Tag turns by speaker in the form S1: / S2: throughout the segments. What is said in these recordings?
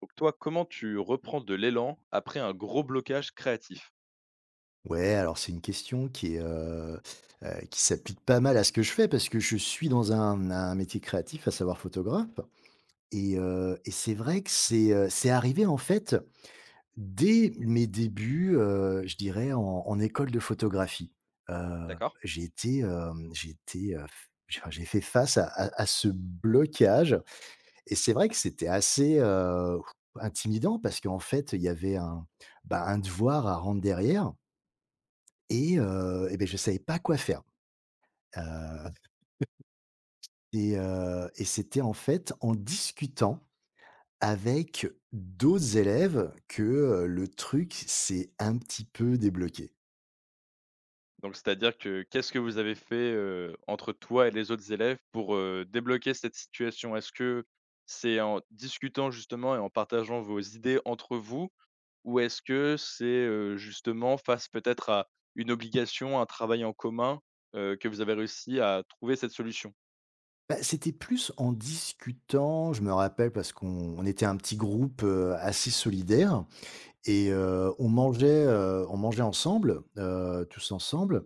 S1: Donc toi, comment tu reprends de l'élan après un gros blocage créatif?
S2: Ouais, alors c'est une question qui est, qui s'applique pas mal à ce que je fais parce que je suis dans un métier créatif, à savoir photographe. Et c'est vrai que c'est arrivé en fait dès mes débuts, je dirais en école de photographie. Heu,
S1: D'accord?
S2: j'ai été, hem, j'ai été, j'ai enfin j'ai fait face à ce blocage et c'est vrai que c'était assez, intimidant parce qu'en fait, il y avait un devoir à rendre derrière et je ne savais pas quoi faire. Heu et c'était en fait en discutant avec d'autres élèves que, le truc s'est un petit peu débloqué.
S1: Donc c'est-à-dire que qu'est-ce que vous avez fait, entre toi et les autres élèves pour débloquer cette situation? Est-ce que c'est en discutant justement et en partageant vos idées entre vous? Ou est-ce que c'est, justement face peut-être à une obligation, un travail en commun, que vous avez réussi à trouver cette solution?
S2: Bah, c'était plus en discutant, je me rappelle parce qu'on était un petit groupe, assez solidaire et on mangeait ensemble, tous ensemble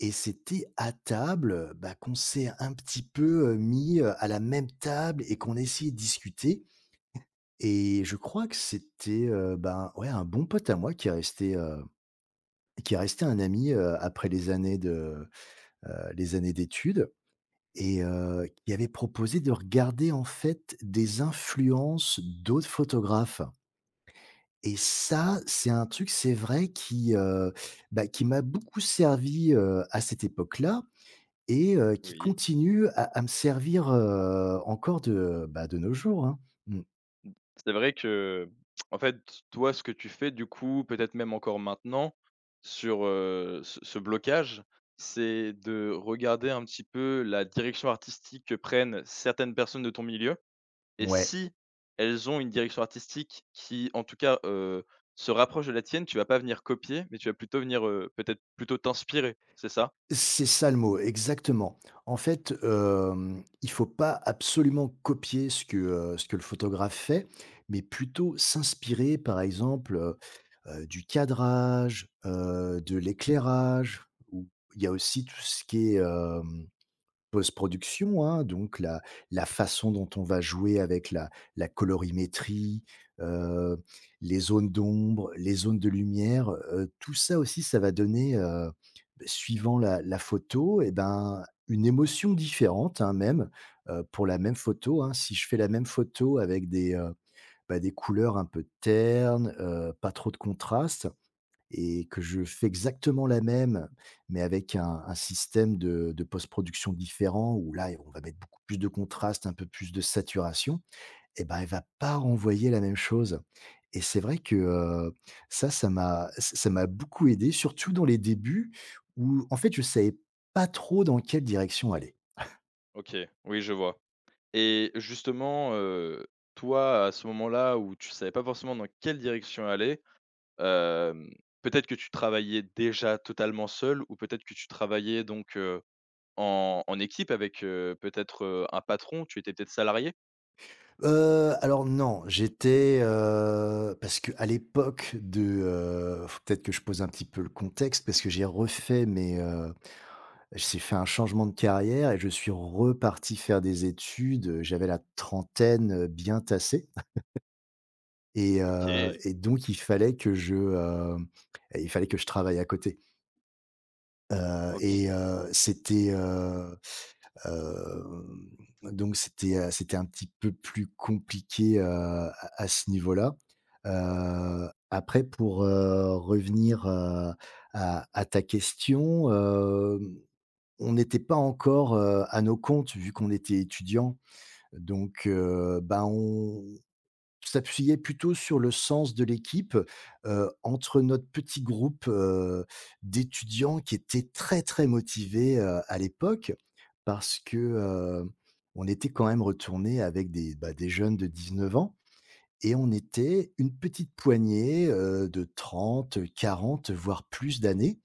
S2: et c'était à table, bah, qu'on s'est un petit peu, mis, à la même table et qu'on essayait de discuter. Et je crois que c'était, ben, ouais, un bon pote à moi qui est resté un ami, après les années de, heu, les années d'études et qui avait proposé de regarder, en fait, des influences d'autres photographes. Et ça, c'est un truc, c'est vrai, qui m'a beaucoup servi, à cette époque-là et qui
S1: Oui.
S2: continue à me servir, encore de nos jours, hein. Mmh.
S1: C'est vrai que, en fait, toi, ce que tu fais, du coup, peut-être même encore maintenant, sur ce blocage, c'est de regarder un petit peu la direction artistique que prennent certaines personnes de ton milieu et
S2: Ouais.
S1: si elles ont une direction artistique qui, en tout cas, se rapproche de la tienne, tu vas pas venir copier, mais tu vas plutôt venir, peut-être plutôt t'inspirer, c'est ça?
S2: C'est ça le mot, exactement. En fait, il faut pas absolument copier ce que, le photographe fait, mais plutôt s'inspirer, par exemple, du cadrage, de l'éclairage, ou il y a aussi tout ce qui est, hem post-production, hein, donc la façon dont on va jouer avec la colorimétrie, heu, les zones d'ombre, les zones de lumière, tout ça aussi, ça va donner, suivant la photo et ben, une émotion différente, hein, même, pour la même photo, hein. Si je fais la même photo avec des couleurs un peu ternes, pas trop de contraste, et que je fais exactement la même, mais avec un système de post-production différent où là, on va mettre beaucoup plus de contraste, un peu plus de saturation, et ben, elle va pas renvoyer la même chose et c'est vrai que, ça, ça m'a ça m'a beaucoup aidé, surtout dans les débuts où, en fait, je savais pas trop dans quelle direction aller.
S1: OK, oui, je vois et justement, toi, à ce moment-là où tu savais pas forcément dans quelle direction aller, Hem, peut-être que tu travaillais déjà totalement seul ou peut-être que tu travaillais donc, en équipe avec, peut-être, un patron? Tu étais peut-être salarié?
S2: Alors non, parce que à l'époque de, faut peut-être que je pose un petit peu le contexte parce que j'ai fait un changement de carrière et je suis reparti faire des études, j'avais la trentaine, bien tassée et heu
S1: OK,
S2: et donc il fallait que il fallait que je travaille à côté, heu et
S1: OK,
S2: heu, c'était, hem, donc c'était un petit peu plus compliqué, à ce niveau-là. Après pour, revenir, à ta question, hem on n'était pas encore, à nos comptes vu qu'on était étudiants, donc ben, on s'appuyait plutôt sur le sens de l'équipe, entre notre petit groupe, d'étudiants qui étaient très, très motivés, à l'époque. Parce que, on était quand même retourné avec des jeunes de 19 ans et on était une petite poignée, de 30, 40, voire plus d'années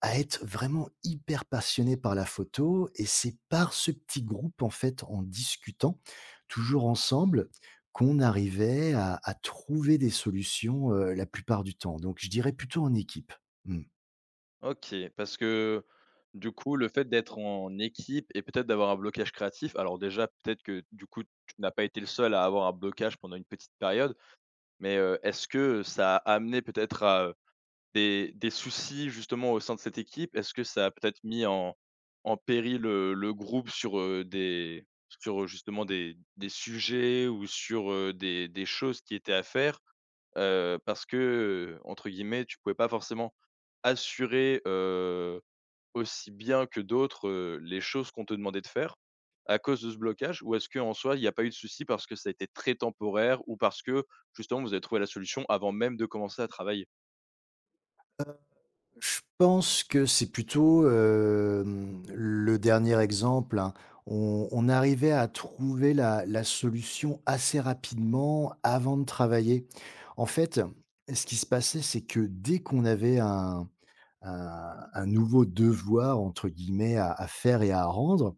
S2: à être vraiment hyper passionné par la photo, et c'est par ce petit groupe, en fait, en discutant, toujours ensemble, qu'on arrivait à trouver des solutions, la plupart du temps. Donc je dirais plutôt en équipe. Mmh.
S1: OK. Parce que, du coup, le fait d'être en équipe et peut-être d'avoir un blocage créatif, alors déjà, peut-être que, du coup, tu n'as pas été le seul à avoir un blocage pendant une petite période, mais, est-ce que ça a amené peut-être à des soucis justement au sein de cette équipe? Est-ce que ça a peut-être mis en péril, le groupe sur, justement des sujets ou sur, des choses qui étaient à faire? Parce que, entre guillemets, tu pouvais pas forcément assurer, aussi bien que d'autres, les choses qu'on te demandait de faire à cause de ce blocage? Ou est-ce que en soi, il n'y a pas eu de souci parce que ça a été très temporaire ou parce que justement vous avez trouvé la solution avant même de commencer à travailler?
S2: Je pense que c'est plutôt, le dernier exemple, hein. On arrivait à trouver la solution assez rapidement avant de travailler. En fait, ce qui se passait, c'est que dès qu'on avait un nouveau «devoir» entre guillemets à faire et à rendre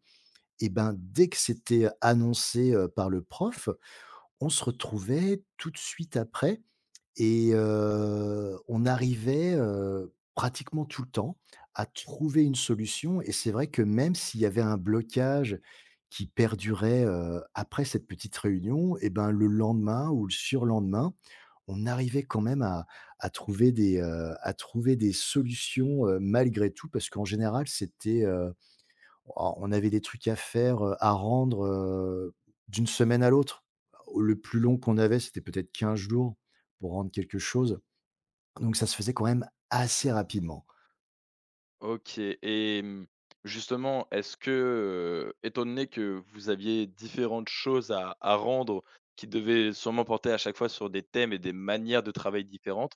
S2: et ben, dès que c'était annoncé, par le prof, on se retrouvait tout de suite après et on arrivait, pratiquement tout le temps à trouver une solution, et c'est vrai que même s'il y avait un blocage qui perdurait, après cette petite réunion et ben, le lendemain ou le surlendemain, on arrivait quand même à trouver des solutions, malgré tout parce qu'en général c'était, oh, on avait des trucs à faire, à rendre, d'une semaine à l'autre. Le plus long qu'on avait, c'était peut-être 15 jours pour rendre quelque chose, donc ça se faisait quand même assez rapidement.
S1: OK et mmh, justement, est-ce que, étant donné que vous aviez différentes choses à rendre qui devaient sûrement porter à chaque fois sur des thèmes et des manières de travail différentes,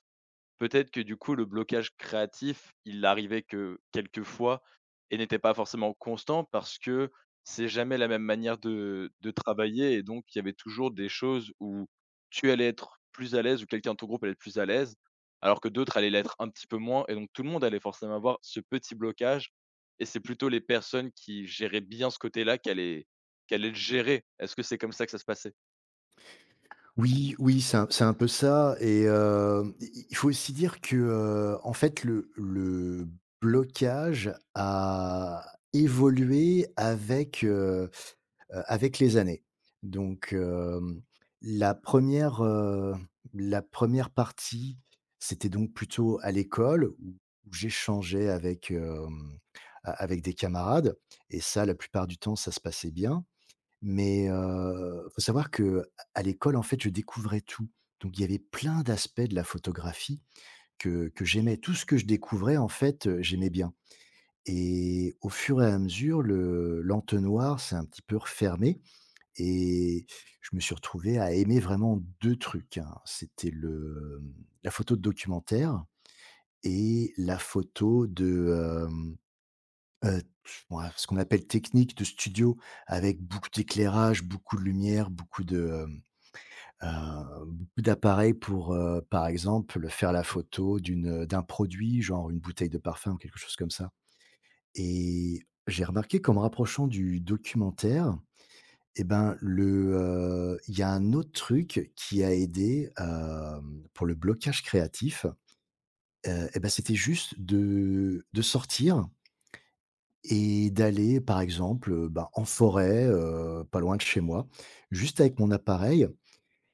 S1: peut-être que du coup, le blocage créatif, il arrivait que quelques fois et n'était pas forcément constant parce que c'est jamais la même manière de travailler et donc il y avait toujours des choses où tu allais être plus à l'aise ou quelqu'un de ton groupe allait être plus à l'aise, alors que d'autres allaient l'être un petit peu moins et donc tout le monde allait forcément avoir ce petit blocage et c'est plutôt les personnes qui géraient bien ce côté-là qui allaient quelle allait le gérer. Est-ce que c'est comme ça que ça se passait?
S2: Oui, oui, c'est un peu ça et il faut aussi dire que, en fait le blocage a évolué avec, les années. Donc la première re la première partie, c'était donc plutôt à l'école où j'échangeais avec, hem, a avec des camarades et ça, la plupart du temps, ça se passait bien. Mais faut savoir que à l'école, en fait, je découvrais tout. Donc il y avait plein d'aspects de la photographie que j'aimais. Tout ce que je découvrais, en fait, j'aimais bien et au fur et à mesure, le l'entonnoir s'est un petit peu refermé et je me suis retrouvé à aimer vraiment 2 trucs, hein. C'était la photo de documentaire et la photo heu, ouais, ce qu'on appelle technique de studio avec beaucoup d'éclairage, beaucoup de lumière, beaucoup d'appareils pour, par exemple, faire la photo d'un produit, genre une bouteille de parfum ou quelque chose comme ça. Et j'ai remarqué qu'en me rapprochant du documentaire, et ben, il y a un autre truc qui a aidé, pour le blocage créatif, et ben c'était juste de sortir et d'aller, par exemple, bah, en forêt, pas loin de chez moi, juste avec mon appareil,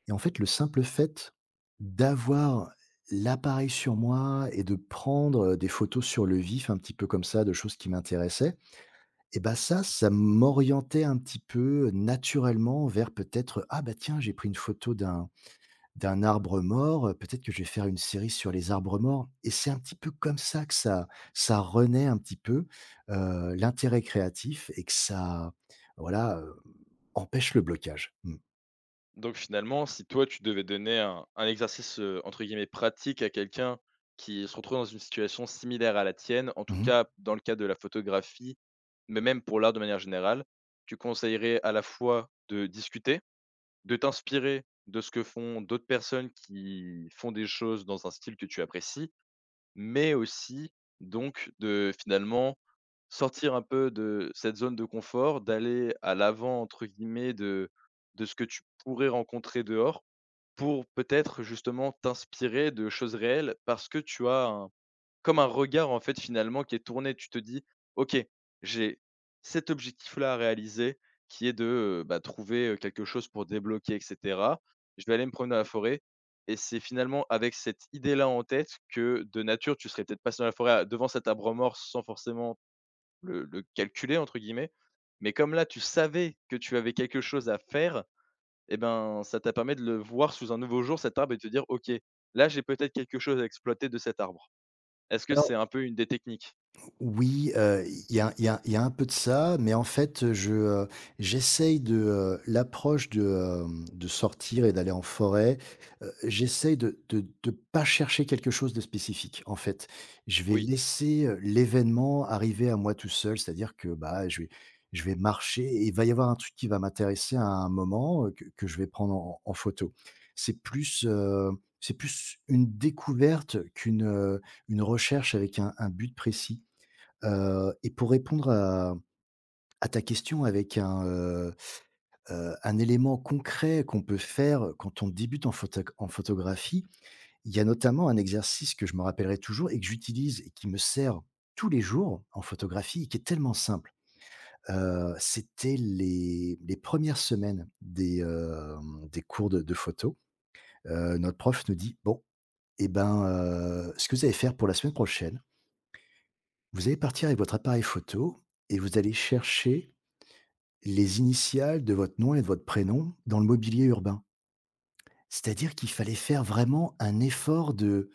S2: et en fait, le simple fait d'avoir l'appareil sur moi et de prendre des photos sur le vif, un petit peu comme ça, de choses qui m'intéressaient, et bah, ça m'orientait un petit peu naturellement vers peut-être: «Ah bah tiens, j'ai pris une photo d'un arbre mort, peut-être que je vais faire une série sur les arbres morts». Et c'est un petit peu comme ça que ça renaît un petit peu, l'intérêt créatif, et que ça, voilà, empêche le blocage. Mmh.
S1: Donc finalement, si toi tu devais donner un exercice, entre guillemets «pratique» à quelqu'un qui se retrouve dans une situation similaire à la tienne, en tout
S2: Mmh
S1: cas dans le cas de la photographie, mais même pour l'art de manière générale, tu conseillerais à la fois de discuter, de t'inspirer de ce que font d'autres personnes qui font des choses dans un style que tu apprécies, mais aussi donc de finalement sortir un peu de cette zone de confort, d'aller à «l'avant» entre guillemets de ce que tu pourrais rencontrer dehors pour peut-être justement t'inspirer de choses réelles parce que tu as comme un regard en fait finalement qui est tourné. Tu te dis: «OK, j'ai cet objectif-là à réaliser qui est de trouver quelque chose pour débloquer et cetera. Je vais aller me promener dans la forêt», et c'est finalement avec cette idée-là en tête que de nature, tu serais peut-être passé dans la forêt à devant cet arbre mort sans forcément le «calculer» entre guillemets. Mais comme là, tu savais que tu avais quelque chose à faire et ben, ça t'a permis de le voir sous un nouveau jour cet arbre et de te dire: «OK, là j'ai peut-être quelque chose à exploiter de cet arbre». Est-ce que c'est
S2: mh.
S1: un peu une des techniques?
S2: Oui, il y a il y a il y a un peu de ça, mais en fait, j'essaye de, l'approche de, de sortir et d'aller en forêt, j'essaye de pas chercher quelque chose de spécifique, en fait. Je vais
S1: Oui.
S2: laisser, l'événement arriver à moi tout seul, c'est-à-dire que, bah, je vais marcher et il va y avoir un truc qui va m'intéresser à un moment, que je vais prendre en photo. C'est plus, heu, c'est plus une découverte qu'une, une recherche avec un but précis. Et pour répondre à ta question avec un élément concret qu'on peut faire quand on débute en photoc en photographie, il y a notamment un exercice que je me rappellerai toujours et que j'utilise et qui me sert tous les jours en photographie et qui est tellement simple. C'était les premières semaines des cours de photo. Notre prof nous dit: «Bon, et ben, ce que vous allez faire pour la semaine prochaine, vous allez partir avec votre appareil photo et vous allez chercher les initiales de votre nom et de votre prénom dans le mobilier urbain. C'est-à-dire qu'il fallait faire vraiment un effort de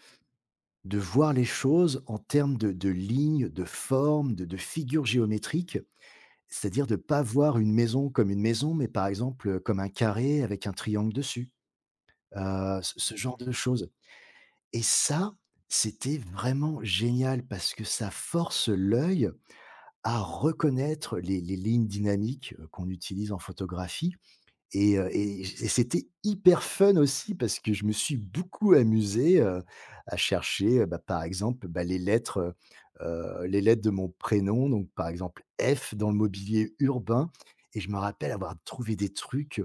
S2: de voir les choses en termes de lignes, de formes, de figures géométriques. C'est-à-dire de ne pas voir une maison comme une maison, mais par exemple, comme un carré avec un triangle dessus, ce genre de choses». Et ça, c'était vraiment génial parce que ça force l'œil à reconnaître les lignes dynamiques, qu'on utilise en photographie. Et c'était hyper fun aussi parce que je me suis beaucoup amusé, à chercher, bah, par exemple, bah, heu les lettres de mon prénom, donc par exemple F dans le mobilier urbain, et je me rappelle avoir trouvé des trucs,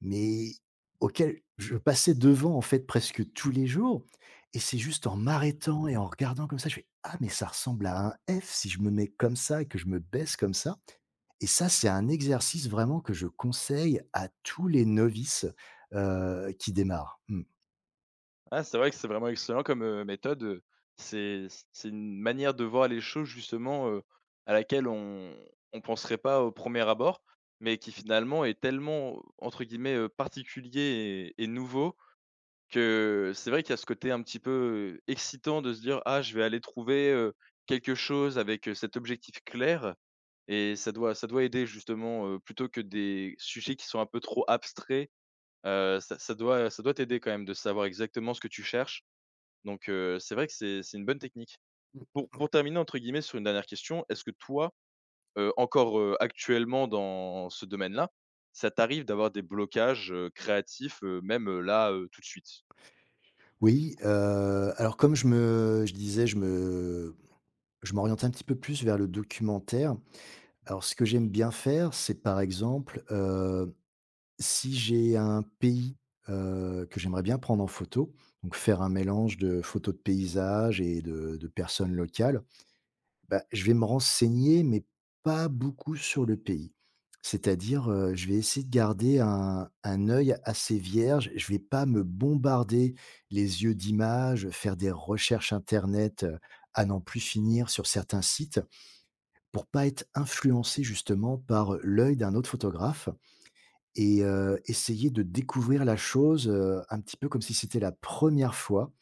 S2: mais auxquels je passais devant en fait presque tous les jours, et c'est juste en m'arrêtant et en regardant comme ça, je fais: «Ah mais ça ressemble à un F si je me mets comme ça et que je me baisse comme ça». Et ça, c'est un exercice vraiment que je conseille à tous les novices, qui démarrent. Mmh.
S1: Ah, c'est vrai que c'est vraiment excellent comme méthode, c'est une manière de voir les choses justement, à laquelle on penserait pas au premier abord, mais qui finalement est tellement entre guillemets, «particulier» et nouveau, que c'est vrai qu'il y a ce côté un petit peu, excitant de se dire: «Ah, je vais aller trouver quelque chose avec cet objectif clair», et ça doit aider justement, plutôt que des sujets qui sont un peu trop abstraits. Ça ça doit t'aider quand même de savoir exactement ce que tu cherches. Donc c'est vrai que c'est une bonne technique. Pour terminer entre guillemets sur une dernière question, est-ce que toi, encore, actuellement dans ce domaine-là, ça t'arrive d'avoir des blocages, créatifs, même, là, tout de suite?
S2: Oui, alors comme je disais, je m'oriente un petit peu plus vers le documentaire. Alors ce que j'aime bien faire, c'est par exemple, si j'ai un pays, que j'aimerais bien prendre en photo, donc faire un mélange de photos de paysages et de personnes locales. Bah, je vais me renseigner, mais pas beaucoup sur le pays. C'est-à-dire, je vais essayer de garder un œil assez vierge. Je vais pas me bombarder les yeux d'images, faire des recherches internet, à n'en plus finir sur certains sites, pour pas être influencé justement par, l'œil d'un autre photographe, et essayer de découvrir la chose, un petit peu comme si c'était la première fois,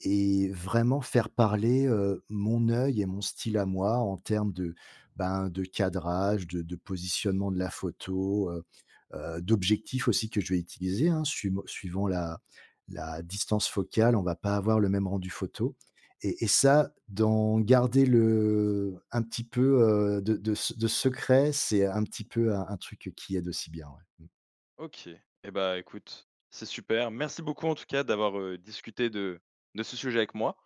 S2: et vraiment faire parler, mon œil et mon style à moi en termes de cadrage, de positionnement de la photo, d'objectifs aussi que je vais utiliser, hein. Suivant la distance focale, on va pas avoir le même rendu photo, et ça, d'en garder le un petit peu, heu, de de de secret, c'est un petit peu un truc qui aide aussi bien, ouais. Mmh.
S1: OK. Eh bah, écoute, c'est super. Merci beaucoup en tout cas d'avoir, discuté de ce sujet avec moi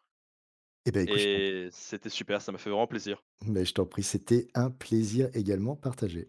S2: Eh beh, écoute, je t'en p
S1: et c'était super, ça m'a fait vraiment plaisir.
S2: mais je t'en prie, c'était un plaisir également partagé.